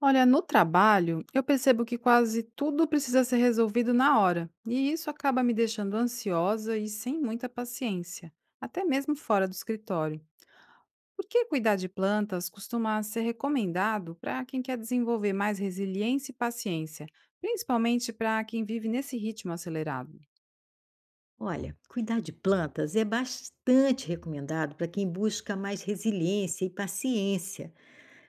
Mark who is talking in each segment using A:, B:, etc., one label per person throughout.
A: Olha, no trabalho, eu percebo que quase tudo precisa ser resolvido na hora, e isso acaba me deixando ansiosa e sem muita paciência, até mesmo fora do escritório. Por que cuidar de plantas costuma ser recomendado para quem quer desenvolver mais resiliência e paciência, principalmente para quem vive nesse ritmo acelerado?
B: Olha, cuidar de plantas é bastante recomendado para quem busca mais resiliência e paciência,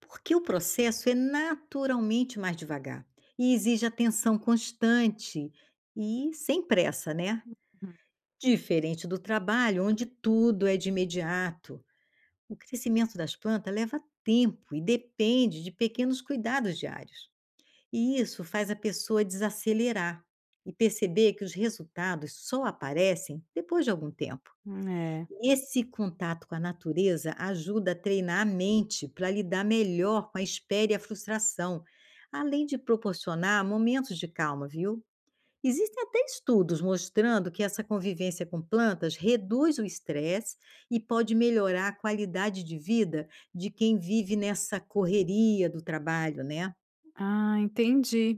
B: porque o processo é naturalmente mais devagar e exige atenção constante e sem pressa, né? Diferente do trabalho, onde tudo é de imediato. O crescimento das plantas leva tempo e depende de pequenos cuidados diários. E isso faz a pessoa desacelerar e perceber que os resultados só aparecem depois de algum tempo.
A: Uhum. É.
B: Esse contato com a natureza ajuda a treinar a mente para lidar melhor com a espera e a frustração, além de proporcionar momentos de calma, viu? Existem até estudos mostrando que essa convivência com plantas reduz o estresse e pode melhorar a qualidade de vida de quem vive nessa correria do trabalho, né?
A: Ah, entendi.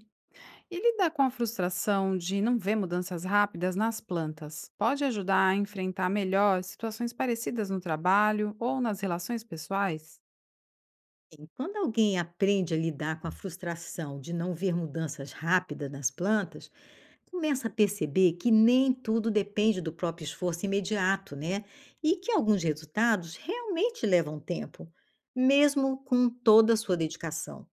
A: E lidar com a frustração de não ver mudanças rápidas nas plantas pode ajudar a enfrentar melhor situações parecidas no trabalho ou nas relações pessoais?
B: E quando alguém aprende a lidar com a frustração de não ver mudanças rápidas nas plantas, começa a perceber que nem tudo depende do próprio esforço imediato, né? E que alguns resultados realmente levam tempo, mesmo com toda a sua dedicação.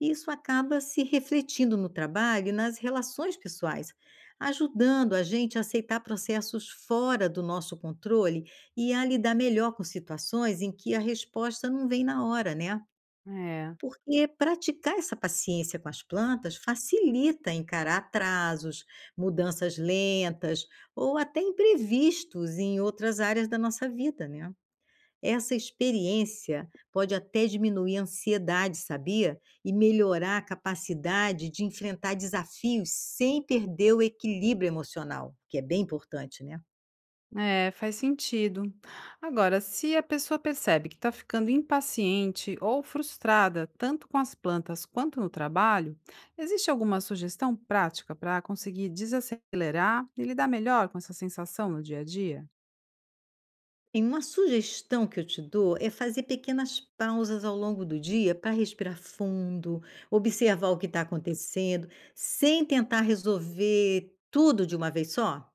B: Isso acaba se refletindo no trabalho e nas relações pessoais, ajudando a gente a aceitar processos fora do nosso controle e a lidar melhor com situações em que a resposta não vem na hora, né?
A: É,
B: Porque praticar essa paciência com as plantas facilita encarar atrasos, mudanças lentas ou até imprevistos em outras áreas da nossa vida, né? Essa experiência pode até diminuir a ansiedade, sabia? E melhorar a capacidade de enfrentar desafios sem perder o equilíbrio emocional, que é bem importante, né?
A: faz sentido. Agora, se a pessoa percebe que está ficando impaciente ou frustrada tanto com as plantas quanto no trabalho, existe alguma sugestão prática para conseguir desacelerar e lidar melhor com essa sensação no dia a dia?
B: Bem, uma sugestão que eu te dou é fazer pequenas pausas ao longo do dia para respirar fundo, observar o que está acontecendo, sem tentar resolver tudo de uma vez só.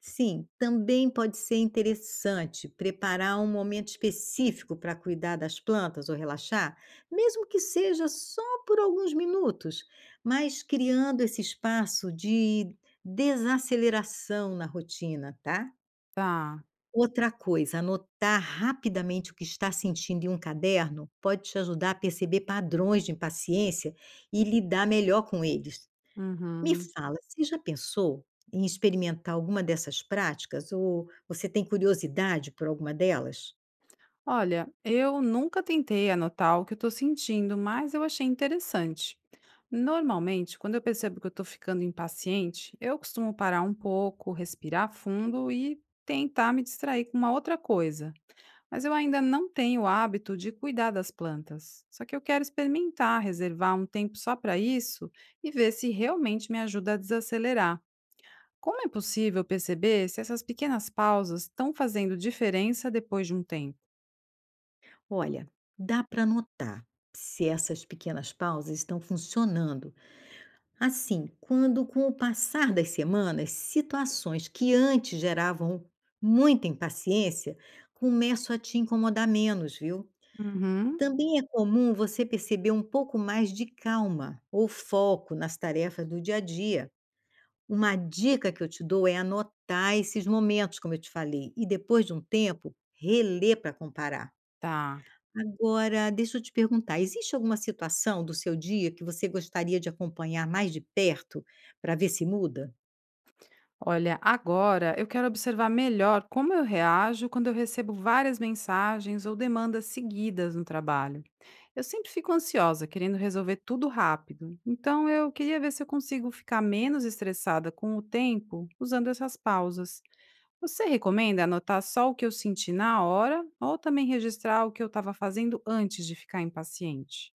B: Sim, também pode ser interessante preparar um momento específico para cuidar das plantas ou relaxar, mesmo que seja só por alguns minutos, mas criando esse espaço de desaceleração na rotina, tá?
A: Tá.
B: Outra coisa, anotar rapidamente o que está sentindo em um caderno pode te ajudar a perceber padrões de impaciência e lidar melhor com eles. Me
A: Uhum.
B: fala, você já pensou em experimentar alguma dessas práticas ou você tem curiosidade por alguma delas?
A: Olha, eu nunca tentei anotar o que eu tô sentindo, mas eu achei interessante. Normalmente, quando eu percebo que eu tô ficando impaciente, eu costumo parar um pouco, respirar fundo e tentar me distrair com uma outra coisa. Mas eu ainda não tenho o hábito de cuidar das plantas. Só que eu quero experimentar, reservar um tempo só para isso e ver se realmente me ajuda a desacelerar. Como é possível perceber se essas pequenas pausas estão fazendo diferença depois de um tempo?
B: Olha, dá para notar se essas pequenas pausas estão funcionando. Assim, quando com o passar das semanas, situações que antes geravam muita impaciência começam a te incomodar menos, viu?
A: Uhum.
B: Também é comum você perceber um pouco mais de calma ou foco nas tarefas do dia a dia. Uma dica que eu te dou é anotar esses momentos, como eu te falei, e depois de um tempo, reler para comparar.
A: Tá.
B: Agora, deixa eu te perguntar, existe alguma situação do seu dia que você gostaria de acompanhar mais de perto para ver se muda?
A: Olha, agora eu quero observar melhor como eu reajo quando eu recebo várias mensagens ou demandas seguidas no trabalho. Eu sempre fico ansiosa, querendo resolver tudo rápido. Então eu queria ver se eu consigo ficar menos estressada com o tempo usando essas pausas. Você recomenda anotar só o que eu senti na hora ou também registrar o que eu estava fazendo antes de ficar impaciente?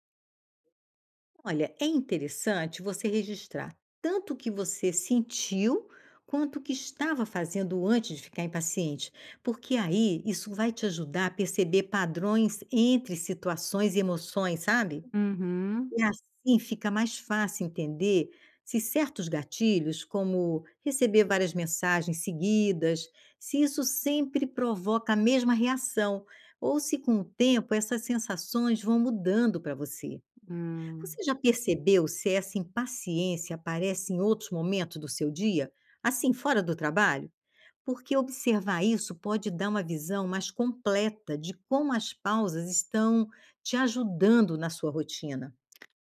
B: Olha, é interessante você registrar tanto o que você sentiu quanto o que estava fazendo antes de ficar impaciente, porque aí isso vai te ajudar a perceber padrões entre situações e emoções, sabe?
A: Uhum.
B: E assim fica mais fácil entender se certos gatilhos, como receber várias mensagens seguidas, se isso sempre provoca a mesma reação ou se com o tempo essas sensações vão mudando para você.
A: Hum.
B: Você já percebeu se essa impaciência aparece em outros momentos do seu dia, assim fora do trabalho? Porque observar isso pode dar uma visão mais completa de como as pausas estão te ajudando na sua rotina.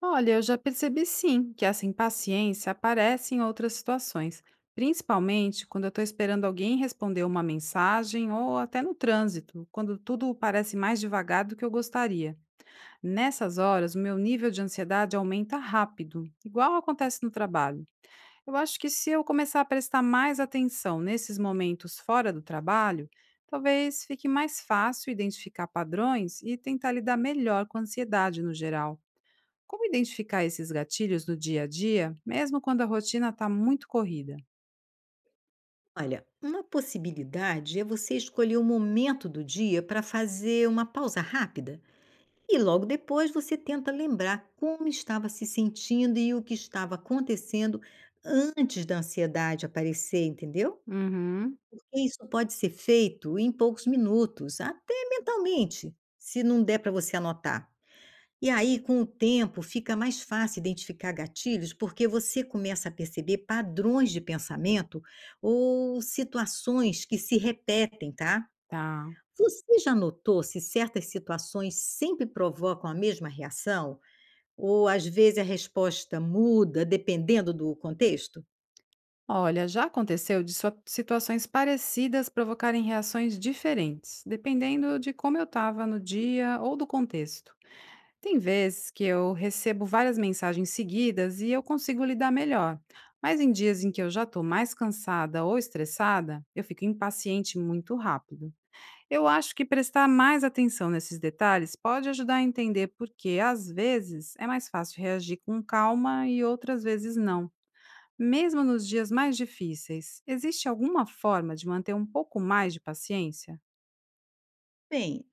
A: Olha, eu já percebi sim que essa impaciência aparece em outras situações, principalmente quando eu estou esperando alguém responder uma mensagem ou até no trânsito, quando tudo parece mais devagar do que eu gostaria. Nessas horas, o meu nível de ansiedade aumenta rápido, igual acontece no trabalho. Eu acho que se eu começar a prestar mais atenção nesses momentos fora do trabalho, talvez fique mais fácil identificar padrões e tentar lidar melhor com a ansiedade no geral. Como identificar esses gatilhos no dia a dia, mesmo quando a rotina está muito corrida?
B: Olha, uma possibilidade é você escolher o momento do dia para fazer uma pausa rápida e logo depois você tenta lembrar como estava se sentindo e o que estava acontecendo antes da ansiedade aparecer, entendeu?
A: Uhum.
B: Porque isso pode ser feito em poucos minutos, até mentalmente, se não der para você anotar. E aí, com o tempo, fica mais fácil identificar gatilhos, porque você começa a perceber padrões de pensamento ou situações que se repetem, tá?
A: Tá.
B: Você já notou se certas situações sempre provocam a mesma reação? Ou às vezes a resposta muda dependendo do contexto?
A: Olha, já aconteceu de situações parecidas provocarem reações diferentes, dependendo de como eu estava no dia ou do contexto. Tem vezes que eu recebo várias mensagens seguidas e eu consigo lidar melhor, mas em dias em que eu já estou mais cansada ou estressada, eu fico impaciente muito rápido. Eu acho que prestar mais atenção nesses detalhes pode ajudar a entender porque, às vezes, é mais fácil reagir com calma e outras vezes não. Mesmo nos dias mais difíceis, existe alguma forma de manter um pouco mais de paciência?
B: Bem,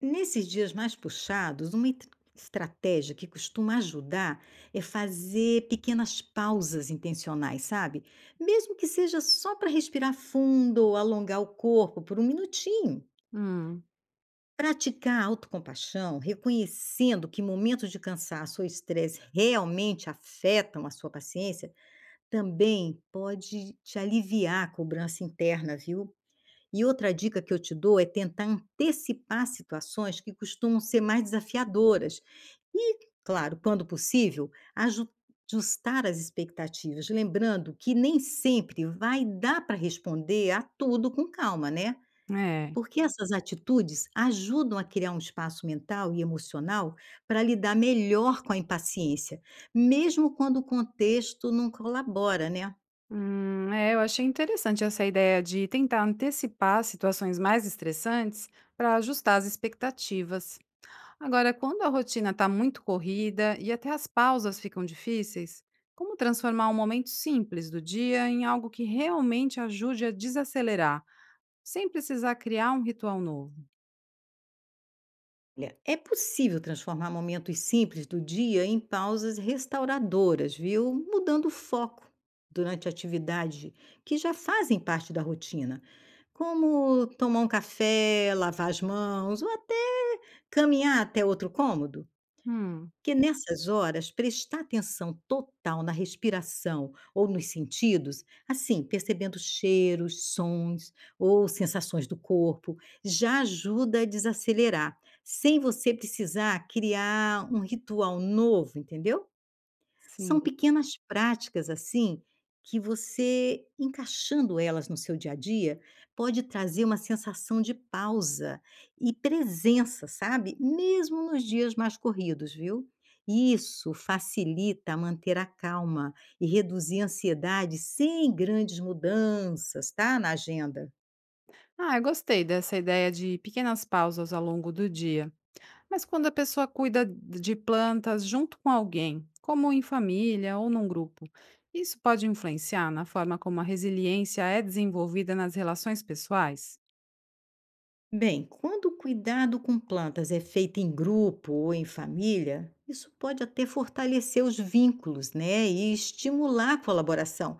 B: nesses dias mais puxados, uma estratégia que costuma ajudar é fazer pequenas pausas intencionais, sabe? Mesmo que seja só para respirar fundo ou alongar o corpo por um minutinho.
A: Hum,
B: Praticar a autocompaixão, reconhecendo que momentos de cansaço ou estresse realmente afetam a sua paciência, também pode te aliviar a cobrança interna, viu? E outra dica que eu te dou é tentar antecipar situações que costumam ser mais desafiadoras e, claro, quando possível, ajustar as expectativas, lembrando que nem sempre vai dar para responder a tudo com calma, né?
A: é.
B: Porque essas atitudes ajudam a criar um espaço mental e emocional para lidar melhor com a impaciência, mesmo quando o contexto não colabora, né?
A: É, eu achei interessante essa ideia de tentar antecipar situações mais estressantes para ajustar as expectativas. Agora, quando a rotina está muito corrida e até as pausas ficam difíceis, como transformar um momento simples do dia em algo que realmente ajude a desacelerar, sem precisar criar um ritual novo?
B: Olha, é possível transformar momentos simples do dia em pausas restauradoras, viu? Mudando o foco durante atividades que já fazem parte da rotina, como tomar um café, lavar as mãos ou até caminhar até outro cômodo.
A: Hum,
B: Porque nessas horas, prestar atenção total na respiração ou nos sentidos, assim, percebendo cheiros, sons ou sensações do corpo, já ajuda a desacelerar, sem você precisar criar um ritual novo, entendeu?
A: sim.
B: São pequenas práticas, assim, que você encaixando elas no seu dia a dia, pode trazer uma sensação de pausa e presença, sabe? Mesmo nos dias mais corridos, viu? Isso facilita manter a calma e reduzir a ansiedade sem grandes mudanças, tá? Na agenda.
A: Ah, eu gostei dessa ideia de pequenas pausas ao longo do dia. Mas quando a pessoa cuida de plantas junto com alguém, como em família ou num grupo, isso pode influenciar na forma como a resiliência é desenvolvida nas relações pessoais?
B: Bem, quando o cuidado com plantas é feito em grupo ou em família, isso pode até fortalecer os vínculos, né? E estimular a colaboração,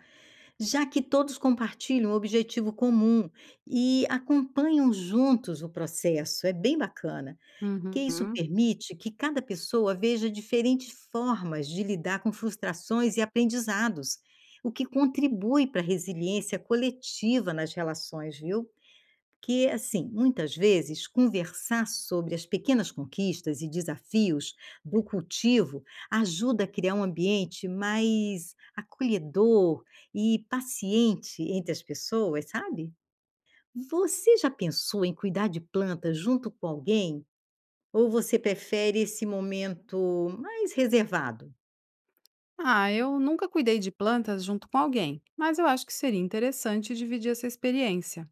B: já que todos compartilham um objetivo comum e acompanham juntos o processo. É bem bacana, porque isso
A: Uhum.
B: permite que cada pessoa veja diferentes formas de lidar com frustrações e aprendizados, o que contribui para a resiliência coletiva nas relações, viu? Que, assim, muitas vezes conversar sobre as pequenas conquistas e desafios do cultivo ajuda a criar um ambiente mais acolhedor e paciente entre as pessoas, sabe? Você já pensou em cuidar de plantas junto com alguém? Ou você prefere esse momento mais reservado?
A: Ah, eu nunca cuidei de plantas junto com alguém, mas eu acho que seria interessante dividir essa experiência.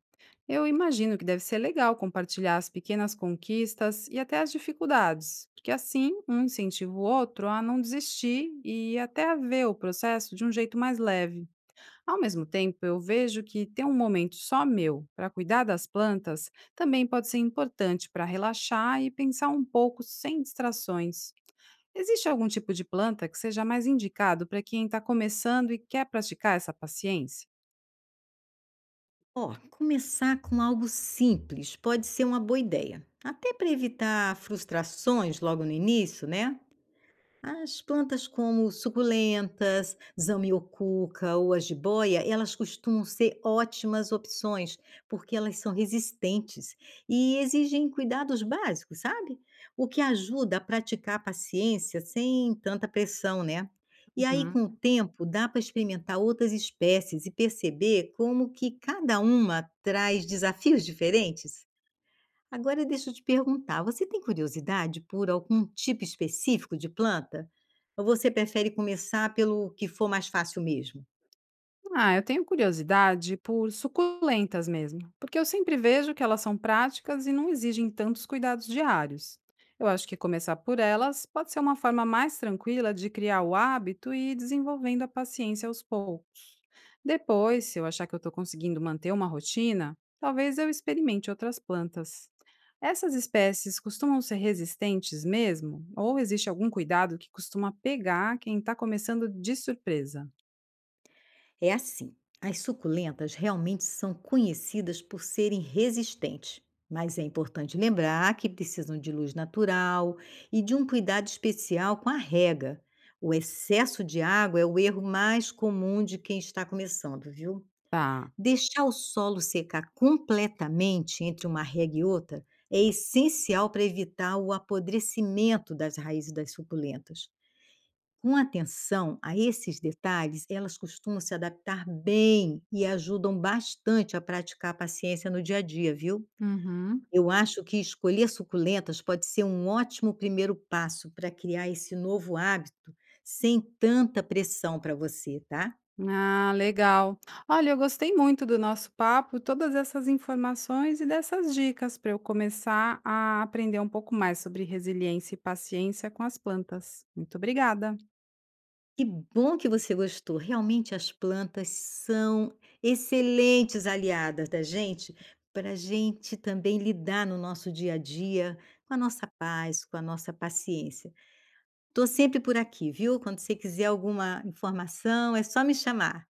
A: Eu imagino que deve ser legal compartilhar as pequenas conquistas e até as dificuldades, porque assim um incentiva o outro a não desistir e até a ver o processo de um jeito mais leve. Ao mesmo tempo, eu vejo que ter um momento só meu para cuidar das plantas também pode ser importante para relaxar e pensar um pouco sem distrações. Existe algum tipo de planta que seja mais indicado para quem está começando e quer praticar essa paciência?
B: Ó, começar com algo simples pode ser uma boa ideia, até para evitar frustrações logo no início, né? As plantas como suculentas, zamioculca ou a jiboia, elas costumam ser ótimas opções, porque elas são resistentes e exigem cuidados básicos, sabe? O que ajuda a praticar a paciência sem tanta pressão, né? E aí,
A: Uhum.
B: com o tempo, dá para experimentar outras espécies e perceber como que cada uma traz desafios diferentes. Agora deixa eu te perguntar, você tem curiosidade por algum tipo específico de planta? Ou você prefere começar pelo que for mais fácil mesmo?
A: Ah, eu tenho curiosidade por suculentas mesmo, porque eu sempre vejo que elas são práticas e não exigem tantos cuidados diários. Eu acho que começar por elas pode ser uma forma mais tranquila de criar o hábito e ir desenvolvendo a paciência aos poucos. Depois, se eu achar que eu estou conseguindo manter uma rotina, talvez eu experimente outras plantas. Essas espécies costumam ser resistentes mesmo? Ou existe algum cuidado que costuma pegar quem está começando de surpresa?
B: É assim, as suculentas realmente são conhecidas por serem resistentes, mas é importante lembrar que precisam de luz natural e de um cuidado especial com a rega. O excesso de água é o erro mais comum de quem está começando, viu?
A: Tá.
B: Deixar o solo secar completamente entre uma rega e outra é essencial para evitar o apodrecimento das raízes das suculentas. Com atenção a esses detalhes, elas costumam se adaptar bem e ajudam bastante a praticar a paciência no dia a dia, viu?
A: Uhum.
B: Eu acho que escolher suculentas pode ser um ótimo primeiro passo para criar esse novo hábito sem tanta pressão para você, tá?
A: Ah, legal. Olha, eu gostei muito do nosso papo, todas essas informações e dessas dicas para eu começar a aprender um pouco mais sobre resiliência e paciência com as plantas. Muito obrigada.
B: Que bom que você gostou. Realmente as plantas são excelentes aliadas da gente, pra gente também lidar no nosso dia a dia com a nossa paz, com a nossa paciência. Estou sempre por aqui, viu? Quando você quiser alguma informação, é só me chamar.